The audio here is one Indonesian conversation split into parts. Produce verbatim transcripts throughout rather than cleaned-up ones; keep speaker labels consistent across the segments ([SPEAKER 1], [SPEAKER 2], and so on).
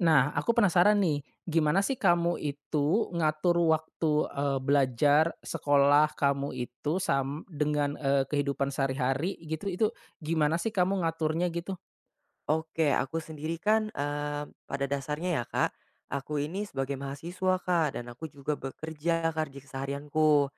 [SPEAKER 1] Nah, aku penasaran nih, gimana sih kamu itu ngatur waktu, eee, belajar, sekolah kamu itu sam dengan, eee, kehidupan sehari-hari gitu, itu gimana sih kamu ngaturnya gitu?
[SPEAKER 2] Oke, aku sendiri kan, eee, pada dasarnya ya, Kak, aku ini sebagai mahasiswa, Kak, dan aku juga bekerja, Kak, di keseharianku.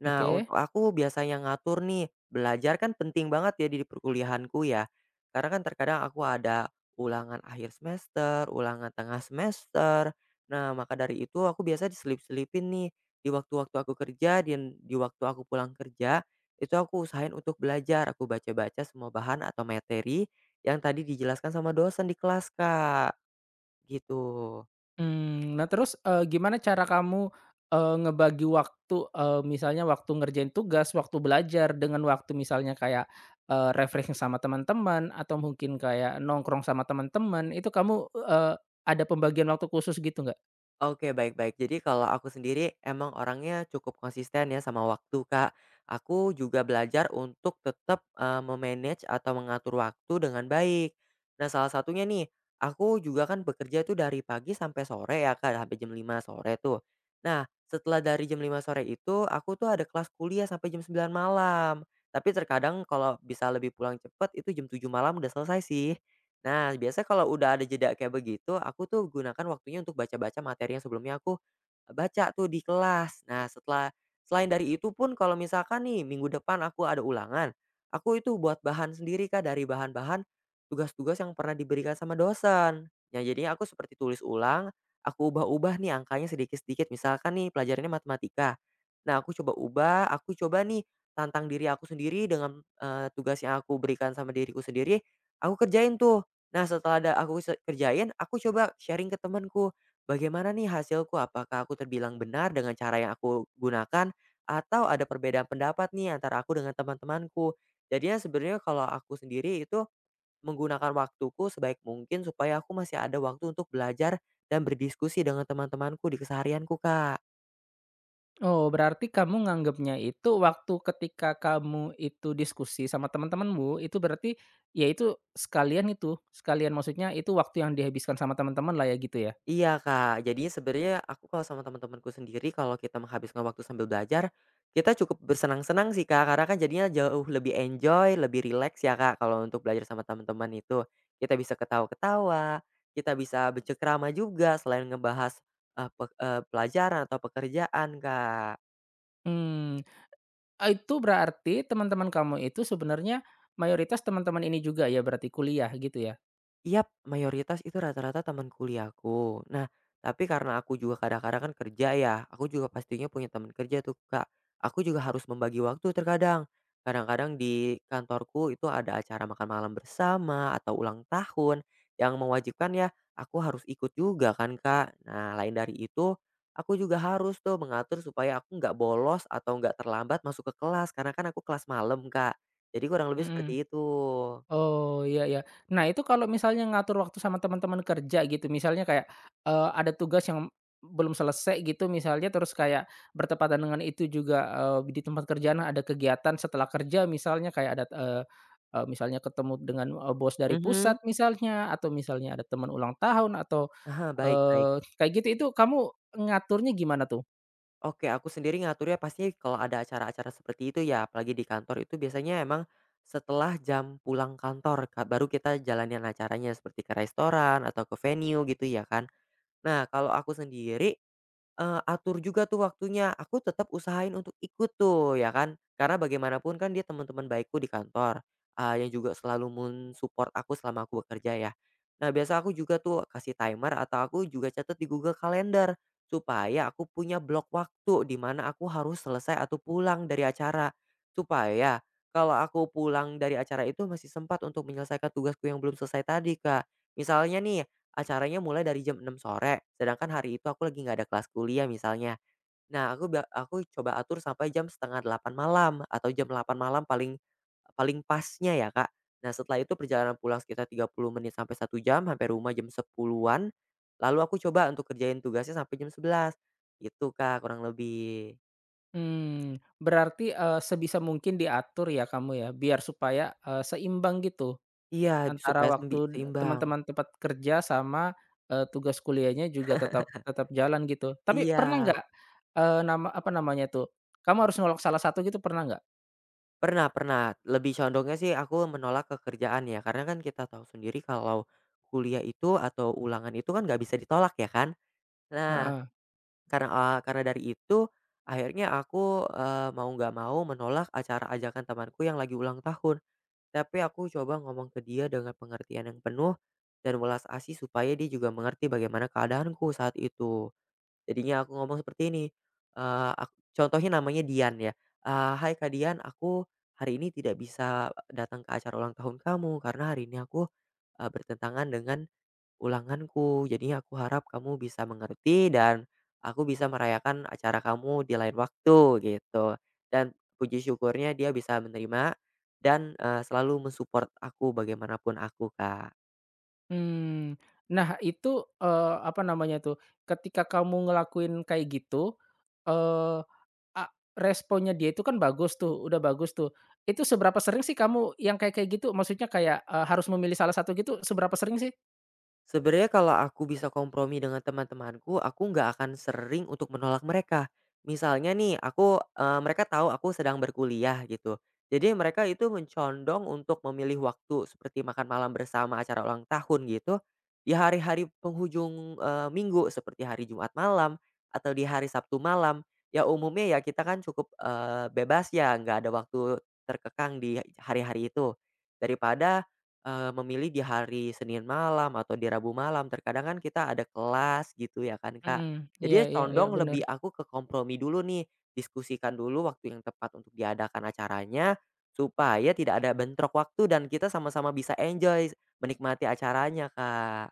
[SPEAKER 2] Nah,
[SPEAKER 1] Oke.
[SPEAKER 2] untuk aku biasanya ngatur nih, belajar kan penting banget ya di perkuliahanku ya. Karena kan terkadang aku ada ulangan akhir semester, ulangan tengah semester. Nah, maka dari itu aku biasa diselip-selipin nih di waktu-waktu aku kerja dan di waktu aku pulang kerja, itu aku usahain untuk belajar. Aku baca-baca semua bahan atau materi yang tadi dijelaskan sama dosen di kelas, Kak. Gitu.
[SPEAKER 1] Mmm, nah terus, eee, gimana cara kamu, eee, ngebagi waktu, eee, misalnya waktu ngerjain tugas, waktu belajar dengan waktu misalnya kayak, eee, refreshing sama teman-teman atau mungkin kayak nongkrong sama teman-teman, itu kamu, eee, ada pembagian waktu khusus gitu nggak?
[SPEAKER 2] Oke, baik baik. Jadi kalau aku sendiri emang orangnya cukup konsisten ya sama waktu, Kak. Aku juga belajar untuk tetap, eee, me atau mengatur waktu dengan baik. Nah, salah satunya nih, aku juga kan bekerja tuh dari pagi sampai sore ya, Kak, sampai jam lima sore tuh. Nah, setelah dari jam lima sore itu, aku tuh ada kelas kuliah sampai jam sembilan malam. Tapi terkadang kalau bisa lebih pulang cepet itu jam tujuh malam udah selesai sih. Nah, biasanya kalau udah ada jeda kayak begitu, aku tuh gunakan waktunya untuk baca-baca materi yang sebelumnya aku eh, baca tuh di kelas. Nah, setelah selain dari itu pun kalau misalkan nih minggu depan aku ada ulangan, aku itu buat bahan sendiri, Kak, dari bahan-bahan tugas-tugas yang pernah diberikan sama dosen. Ya jadinya aku seperti tulis ulang, aku ubah-ubah nih angkanya sedikit-sedikit. Misalkan nih pelajarannya matematika. Nah, aku coba ubah, aku coba nih tantang diri aku sendiri dengan, eee, tugas yang aku berikan sama diriku sendiri, aku kerjain tuh. Nah, setelah ada aku se kerjain, aku coba sharing ke temanku, "Bagaimana nih hasilku? Apakah aku terbilang benar dengan cara yang aku gunakan? Atau ada perbedaan pendapat nih antara aku dengan teman-temanku?" Jadinya sebenarnya kalau aku sendiri itu menggunakan waktuku sebaik mungkin supaya aku masih ada waktu untuk belajar dan berdiskusi dengan teman-temanku di keseharianku, Kak.
[SPEAKER 1] Oh, berarti kamu nganggapnya itu waktu ketika kamu itu diskusi sama teman-temanmu, itu berarti ya itu sekalian itu, sekalian maksudnya itu waktu yang dihabiskan sama teman-teman lah ya gitu ya?
[SPEAKER 2] Iya, Kak. Jadinya sebenarnya aku kalau sama teman-temanku sendiri kalau kita menghabiskan waktu sambil belajar, kita cukup bersenang-senang sih, Kak. Karena kan jadinya jauh lebih enjoy, lebih rileks ya, Kak, kalau untuk belajar sama teman-teman itu. Kita bisa ketawa-ketawa, kita bisa bercekrama juga selain ngebahas, eee, pe eee, pelajaran atau pekerjaan, Kak.
[SPEAKER 1] Hmm, eee, itu berarti teman-teman kamu itu sebenarnya mayoritas teman-teman ini juga ya berarti kuliah gitu ya?
[SPEAKER 2] Yap, mayoritas itu rata-rata teman kuliahku. Nah, tapi karena aku juga kadang-kadang kan kerja ya, aku juga pastinya punya teman kerja tuh, Kak. Aku juga harus membagi waktu terkadang. Kadang-kadang di kantorku itu ada acara makan malam bersama atau ulang tahun yang mewajibkan ya aku harus ikut juga kan, Kak. Nah, lain dari itu aku juga harus tuh mengatur supaya aku nggak bolos atau nggak terlambat masuk ke kelas karena kan aku kelas malam, Kak. Jadi kurang lebih
[SPEAKER 1] Mhm.
[SPEAKER 2] seperti itu.
[SPEAKER 1] Oh, iya iya. Nah, itu kalau misalnya ngatur waktu sama teman-teman kerja gitu, misalnya kayak, eee, ada tugas yang belum selesai gitu misalnya, terus kayak bertepatan dengan itu juga, eee, di tempat kerjaan ada kegiatan setelah kerja misalnya kayak ada, eee eee, misalnya ketemu dengan, eee, bos dari
[SPEAKER 2] Mhm.
[SPEAKER 1] pusat misalnya, atau misalnya ada teman ulang tahun atau,
[SPEAKER 2] Aha, baik baik.
[SPEAKER 1] eee, kayak gitu, itu kamu ngaturnya gimana tuh?
[SPEAKER 2] Oke, aku sendiri ngaturnya pasti kalau ada acara-acara seperti itu ya, apalagi di kantor itu biasanya emang setelah jam pulang kantor, Kak, baru kita jalanin acaranya seperti ke restoran atau ke venue gitu ya kan. Nah, kalau aku sendiri Eee, atur juga tuh waktunya, aku tetap usahain untuk ikut tuh ya kan, karena bagaimanapun kan dia teman-teman baikku di kantor, eee, yang juga selalu men-support aku selama aku bekerja ya. Nah, biasa aku juga tuh kasih timer atau aku juga catat di Google Calendar, supaya aku punya blok waktu di mana aku harus selesai atau pulang dari acara. Supaya kalau aku pulang dari acara itu masih sempat untuk menyelesaikan tugasku yang belum selesai tadi, Kak. Misalnya nih acaranya mulai dari jam enam sore, sedangkan hari itu aku lagi nggak ada kelas kuliah misalnya. Nah, aku ba aku coba atur sampai jam setengah delapan malam atau jam delapan malam paling paling pasnya ya, Kak. Nah, setelah itu perjalanan pulang sekitar tiga puluh menit sampai satu jam, sampai rumah jam sepuluh-an, lalu aku coba untuk kerjain tugasnya sampai jam sebelas gitu, Kak, kurang lebih.
[SPEAKER 1] Mmm, berarti, eee, sebisa mungkin diatur ya kamu ya, biar supaya, eee, seimbang gitu?
[SPEAKER 2] Iya,
[SPEAKER 1] Antara
[SPEAKER 2] supaya sembi
[SPEAKER 1] waktu
[SPEAKER 2] seimbang.
[SPEAKER 1] teman-teman tempat kerja sama, eee, tugas kuliahnya juga tetap tetap jalan gitu. Tapi pernah
[SPEAKER 2] Iya.
[SPEAKER 1] nggak, eee, nama apa namanya tuh, kamu harus nolak salah satu gitu pernah nggak?
[SPEAKER 2] Pernah pernah, lebih condongnya sih aku menolak kekerjaan ya, karena kan kita tahu sendiri kalau kuliah itu atau ulangan itu kan nggak bisa ditolak ya kan. Nah,
[SPEAKER 1] Heeh.
[SPEAKER 2] karena, eee, karena dari itu akhirnya aku, eee, mau nggak mau menolak acara ajakan temanku yang lagi ulang tahun. Tapi aku coba ngomong ke dia dengan pengertian yang penuh dan welas asih supaya dia juga mengerti bagaimana keadaanku saat itu. Jadinya aku ngomong seperti ini, eee, ak contohnya namanya Dian ya, eee, "Hai Kak Dian, aku hari ini tidak bisa datang ke acara ulang tahun kamu karena hari ini aku, eee, bertentangan dengan ulanganku. Jadinya aku harap kamu bisa mengerti dan aku bisa merayakan acara kamu di lain waktu," gitu. Dan puji syukurnya dia bisa menerima dan, eee, selalu mensupport aku bagaimanapun aku, Kak.
[SPEAKER 1] Mmm, nah itu, eee, apa namanya tuh, ketika kamu ngelakuin kayak gitu, eee, a responnya dia itu kan bagus tuh, udah bagus tuh. Itu seberapa sering sih kamu yang kayak kayak gitu? Maksudnya kayak, eee, harus memilih salah satu gitu seberapa sering sih?
[SPEAKER 2] Sebenarnya kalau aku bisa kompromi dengan teman-temanku, aku nggak akan sering untuk menolak mereka. Misalnya nih, aku eee, mereka tahu aku sedang berkuliah gitu. Jadi mereka itu mencondong untuk memilih waktu seperti makan malam bersama acara ulang tahun gitu, di hari-hari penghujung, eee, minggu seperti hari Jumat malam atau di hari Sabtu malam. Ya umumnya ya kita kan cukup, eee, bebas ya, nggak ada waktu terkekang di hari-hari itu. Daripada Eee, memilih di hari Senin malam atau di Rabu malam, terkadang kan kita ada kelas gitu ya kan, Kak.
[SPEAKER 1] Mhm, iya
[SPEAKER 2] Jadi ya
[SPEAKER 1] iya iya,
[SPEAKER 2] condong
[SPEAKER 1] bener.
[SPEAKER 2] lebih aku ke kompromi dulu nih, diskusikan dulu waktu yang tepat untuk diadakan acaranya, supaya tidak ada bentrok waktu dan kita sama-sama bisa enjoy menikmati acaranya, Kak.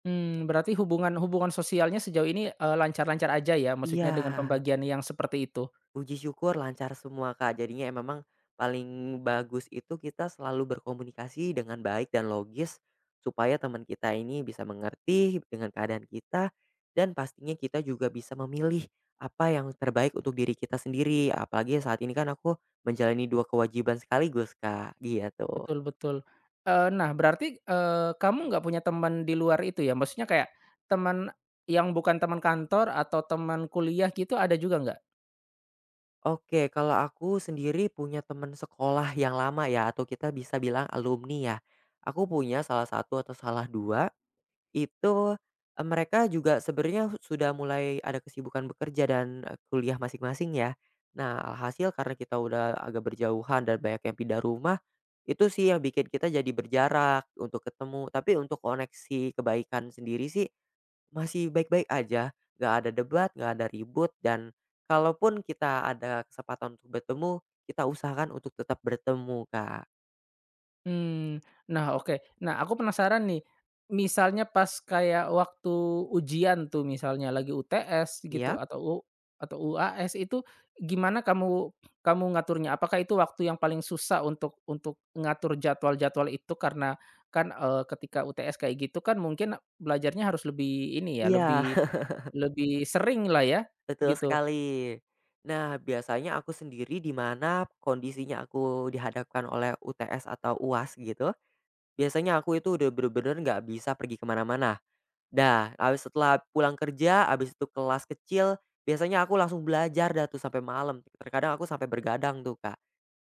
[SPEAKER 1] Hmm, berarti hubungan hubungan sosialnya sejauh ini, eee, lancar-lancar aja ya, maksudnya dengan
[SPEAKER 2] Iya.
[SPEAKER 1] pembagian yang seperti itu?
[SPEAKER 2] Puji syukur lancar semua, Kak. Jadinya ya memang paling bagus itu kita selalu berkomunikasi dengan baik dan logis, supaya teman kita ini bisa mengerti dengan keadaan kita, dan pastinya kita juga bisa memilih apa yang terbaik untuk diri kita sendiri. Apalagi saat ini kan aku menjalani dua kewajiban sekaligus, Kak, gitu.
[SPEAKER 1] Betul betul. Eee, nah berarti, eee, kamu nggak punya teman di luar itu ya? Maksudnya kayak teman yang bukan teman kantor atau teman kuliah gitu ada juga nggak?
[SPEAKER 2] Oke, kalau aku sendiri punya teman sekolah yang lama ya, atau kita bisa bilang alumni ya. Aku punya salah satu atau salah dua itu, eee, mereka juga sebenarnya sudah mulai ada kesibukan bekerja dan, eee, kuliah masing-masing ya. Nah, alhasil karena kita udah agak berjauhan dan banyak yang pindah rumah, itu sih yang bikin kita jadi berjarak untuk ketemu. Tapi untuk koneksi kebaikan sendiri sih masih baik-baik aja, nggak ada debat, nggak ada ribut, dan kalaupun kita ada kesempatan untuk bertemu, kita usahakan untuk tetap bertemu, Kak.
[SPEAKER 1] Hmm. Nah oke. Nah aku penasaran nih, misalnya pas kayak waktu ujian tuh misalnya lagi U T S gitu
[SPEAKER 2] Iya?
[SPEAKER 1] atau u atau U A S itu gimana kamu kamu ngaturnya? Apakah itu waktu yang paling susah untuk untuk ngatur jadwal-jadwal itu karena kan, eee, ketika U T S kayak gitu kan mungkin belajarnya harus lebih ini ya,
[SPEAKER 2] Iya.
[SPEAKER 1] lebih lebih sering lah ya
[SPEAKER 2] Betul
[SPEAKER 1] gitu.
[SPEAKER 2] sekali. Nah, biasanya aku sendiri di mana kondisinya aku dihadapkan oleh U T S atau U A S gitu, biasanya aku itu udah bener-bener nggak bisa pergi kemana-mana. Dah, habis setelah pulang kerja, habis itu kelas kecil, biasanya aku langsung belajar dah tuh sampai malam. Terkadang aku sampai bergadang tuh, Kak.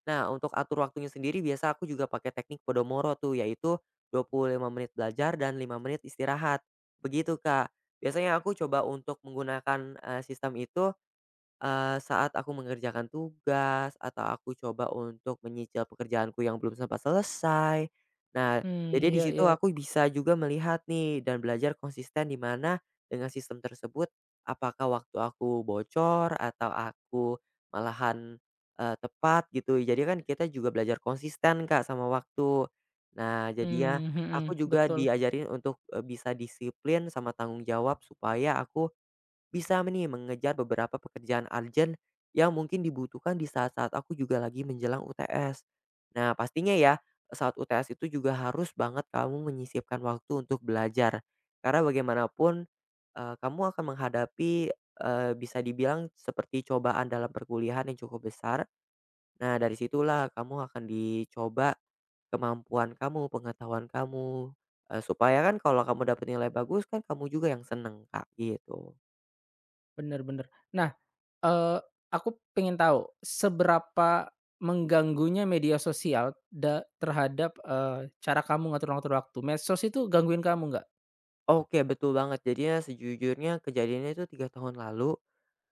[SPEAKER 2] Nah, untuk atur waktunya sendiri biasa aku juga pakai teknik Pomodoro tuh, yaitu dua puluh lima menit belajar dan lima menit istirahat. Begitu, Kak. Biasanya aku coba untuk menggunakan, eee, sistem itu Eee, saat aku mengerjakan tugas atau aku coba untuk menyicil pekerjaanku yang belum sempat selesai. Nah,
[SPEAKER 1] Hmm,
[SPEAKER 2] jadi di
[SPEAKER 1] iya
[SPEAKER 2] situ
[SPEAKER 1] iya.
[SPEAKER 2] aku bisa juga melihat nih dan belajar konsisten di mana dengan sistem tersebut apakah waktu aku bocor atau aku malahan, eee, tepat gitu. Jadi kan kita juga belajar konsisten, Kak, sama waktu. Nah, jadinya
[SPEAKER 1] Hmm,
[SPEAKER 2] aku
[SPEAKER 1] mhm,
[SPEAKER 2] juga
[SPEAKER 1] betul,
[SPEAKER 2] diajarin untuk, eee, bisa disiplin sama tanggung jawab supaya aku bisa nih mengejar beberapa pekerjaan urgent yang mungkin dibutuhkan di saat-saat aku juga lagi menjelang U T S. Nah, pastinya ya, saat U T S itu juga harus banget kamu menyisipkan waktu untuk belajar. Karena bagaimanapun eh, kamu akan menghadapi eh, bisa dibilang seperti cobaan dalam perkuliahan yang cukup besar. Nah, dari situlah kamu akan dicoba kemampuan kamu, pengetahuan kamu. Eh, supaya kan kalau kamu dapat nilai bagus kan kamu juga yang seneng, Kak, gitu.
[SPEAKER 1] bener bener. Nah, Eee, aku pengen tahu seberapa mengganggunya media sosial da terhadap, eee, cara kamu ngatur-ngatur waktu? Medsos itu gangguin kamu nggak?
[SPEAKER 2] Oke, betul banget. Jadinya sejujurnya kejadiannya itu tiga tahun lalu,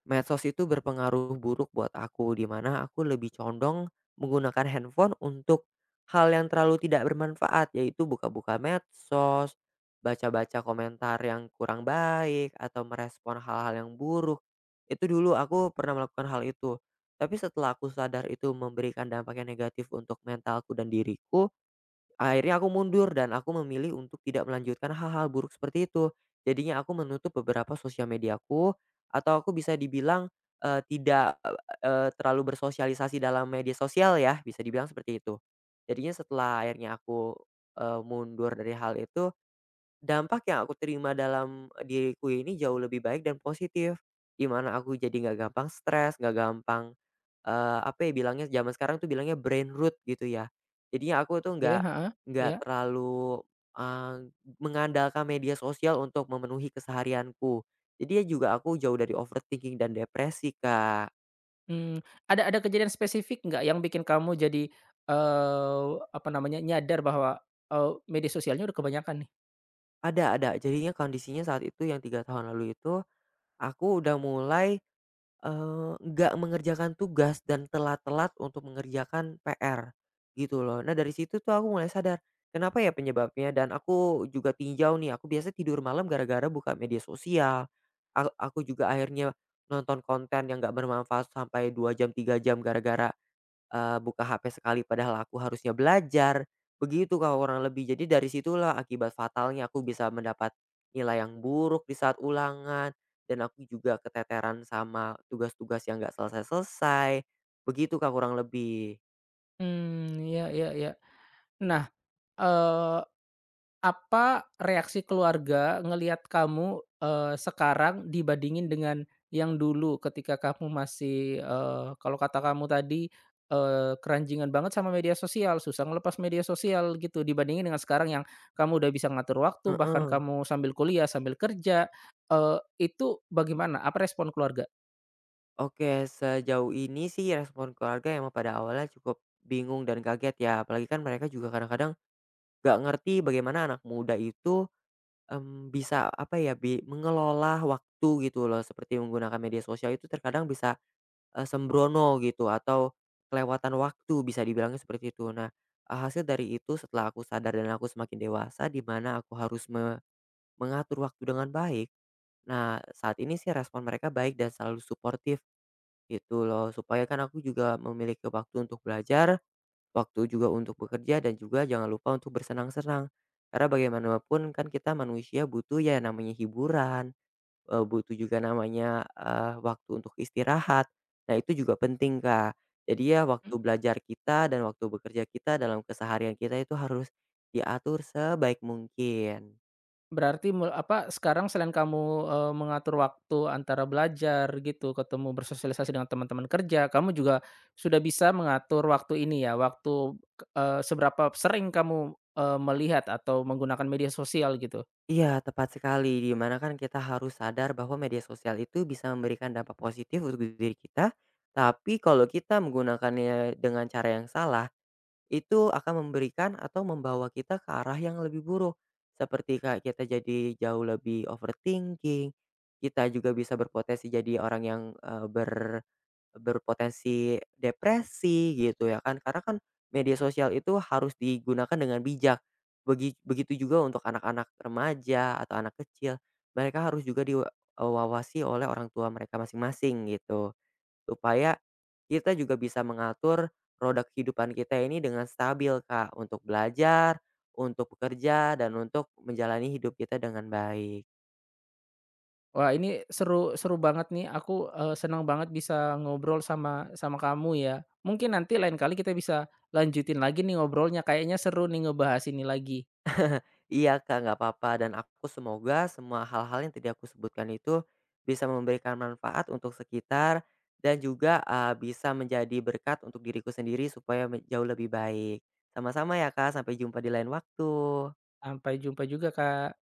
[SPEAKER 2] medsos itu berpengaruh buruk buat aku, di mana aku lebih condong menggunakan handphone untuk hal yang terlalu tidak bermanfaat, yaitu buka-buka medsos, baca-baca komentar yang kurang baik, atau merespon hal-hal yang buruk. Itu dulu aku pernah melakukan hal itu. Tapi setelah aku sadar itu memberikan dampak yang negatif untuk mentalku dan diriku, akhirnya aku mundur dan aku memilih untuk tidak melanjutkan hal-hal buruk seperti itu. Jadinya aku menutup beberapa sosial mediaku atau aku bisa dibilang, eee, tidak, eee, terlalu bersosialisasi dalam media sosial ya, bisa dibilang seperti itu. Jadinya setelah akhirnya aku, eee, mundur dari hal itu dampak yang aku terima dalam diriku ini jauh lebih baik dan positif, di mana aku jadi nggak gampang stres, nggak gampang, eee, apa ya bilangnya zaman sekarang tuh bilangnya brain root gitu ya. Jadinya aku tuh
[SPEAKER 1] Oke,
[SPEAKER 2] nggak
[SPEAKER 1] heeh,
[SPEAKER 2] nggak
[SPEAKER 1] iya.
[SPEAKER 2] terlalu, eee, mengandalkan media sosial untuk memenuhi keseharianku. Jadi ya juga aku jauh dari overthinking dan depresi, Kak.
[SPEAKER 1] Mmm, ada ada kejadian spesifik nggak yang bikin kamu jadi, eee, apa namanya, nyadar bahwa, eee, media sosialnya udah kebanyakan nih?
[SPEAKER 2] Ada ada, jadinya kondisinya saat itu yang tiga tahun lalu itu, aku udah mulai Eee, nggak mengerjakan tugas dan telat-telat untuk mengerjakan P R, gitu loh. Nah, dari situ tuh aku mulai sadar, kenapa ya penyebabnya dan aku juga tinjau nih, aku biasa tidur malam gara-gara buka media sosial. Ak aku juga akhirnya nonton konten yang nggak bermanfaat sampai dua jam, tiga jam gara-gara Eee, buka H P sekali padahal aku harusnya belajar, begitu, Kak, kurang lebih. Jadi dari situlah akibat fatalnya aku bisa mendapat nilai yang buruk di saat ulangan, dan aku juga keteteran sama tugas-tugas yang nggak selesai-selesai, begitu, Kak, kurang lebih.
[SPEAKER 1] Mmm, iya iya iya. Nah, eee apa reaksi keluarga ngelihat kamu, eee, sekarang dibandingin dengan yang dulu ketika kamu masih, eee, kalau kata kamu tadi, eee, "Keranjingan banget sama media sosial, susah ngelepas media sosial," gitu, dibandingin dengan sekarang yang kamu udah bisa ngatur waktu, bahkan
[SPEAKER 2] Heeh.
[SPEAKER 1] kamu sambil kuliah, sambil kerja, eee, itu bagaimana? Apa respon keluarga?
[SPEAKER 2] Oke, sejauh ini sih respon keluarga emang pada awalnya cukup bingung dan kaget ya, apalagi kan mereka juga kadang-kadang nggak ngerti bagaimana anak muda itu Mmm, bisa apa ya, bi mengelola waktu gitu loh, seperti menggunakan media sosial itu terkadang bisa, eee, sembrono gitu atau kelewatan waktu bisa dibilangnya seperti itu. Nah, eee, hasil dari itu setelah aku sadar dan aku semakin dewasa di mana aku harus me mengatur waktu dengan baik. Nah, saat ini sih respon mereka baik dan selalu suportif gitu loh, supaya kan aku juga memiliki waktu untuk belajar, waktu juga untuk bekerja, dan juga jangan lupa untuk bersenang-senang. Karena bagaimanapun kan kita manusia butuh ya namanya hiburan, eee, butuh juga namanya, eee, waktu untuk istirahat. Nah, itu juga penting, Kak. Jadi ya waktu belajar kita dan waktu bekerja kita dalam keseharian kita itu harus diatur sebaik mungkin.
[SPEAKER 1] Berarti mul apa, sekarang selain kamu, eee, mengatur waktu antara belajar gitu, ketemu bersosialisasi dengan teman-teman kerja, kamu juga sudah bisa mengatur waktu ini ya? Waktu, eee, seberapa sering kamu, eee, melihat atau menggunakan media sosial gitu?
[SPEAKER 2] Iya, tepat sekali, di mana kan kita harus sadar bahwa media sosial itu bisa memberikan dampak positif untuk diri kita, tapi kalau kita menggunakannya dengan cara yang salah itu akan memberikan atau membawa kita ke arah yang lebih buruk. Seperti kayak kita jadi jauh lebih overthinking, kita juga bisa berpotensi jadi orang yang, eee, ber berpotensi depresi gitu ya kan, karena kan media sosial itu harus digunakan dengan bijak. Begi begitu juga untuk anak-anak remaja atau anak kecil, mereka harus juga diwawasi oleh orang tua mereka masing-masing gitu. Supaya kita juga bisa mengatur roda kehidupan kita ini dengan stabil, Kak, untuk belajar, untuk bekerja, dan untuk menjalani hidup kita dengan baik.
[SPEAKER 1] Wah ini seru seru banget nih, aku, eee, senang banget bisa ngobrol sama sama kamu ya. Mungkin nanti lain kali kita bisa lanjutin lagi nih ngobrolnya, kayaknya seru nih ngebahas ini lagi.
[SPEAKER 2] Iya, Kak, nggak apa-apa, dan aku semoga semua hal-hal yang tadi aku sebutkan itu bisa memberikan manfaat untuk sekitar dan juga, eee, bisa menjadi berkat untuk diriku sendiri supaya me jauh lebih baik. Sama-sama ya, Kak, sampai jumpa di lain waktu.
[SPEAKER 1] Sampai jumpa juga, Kak.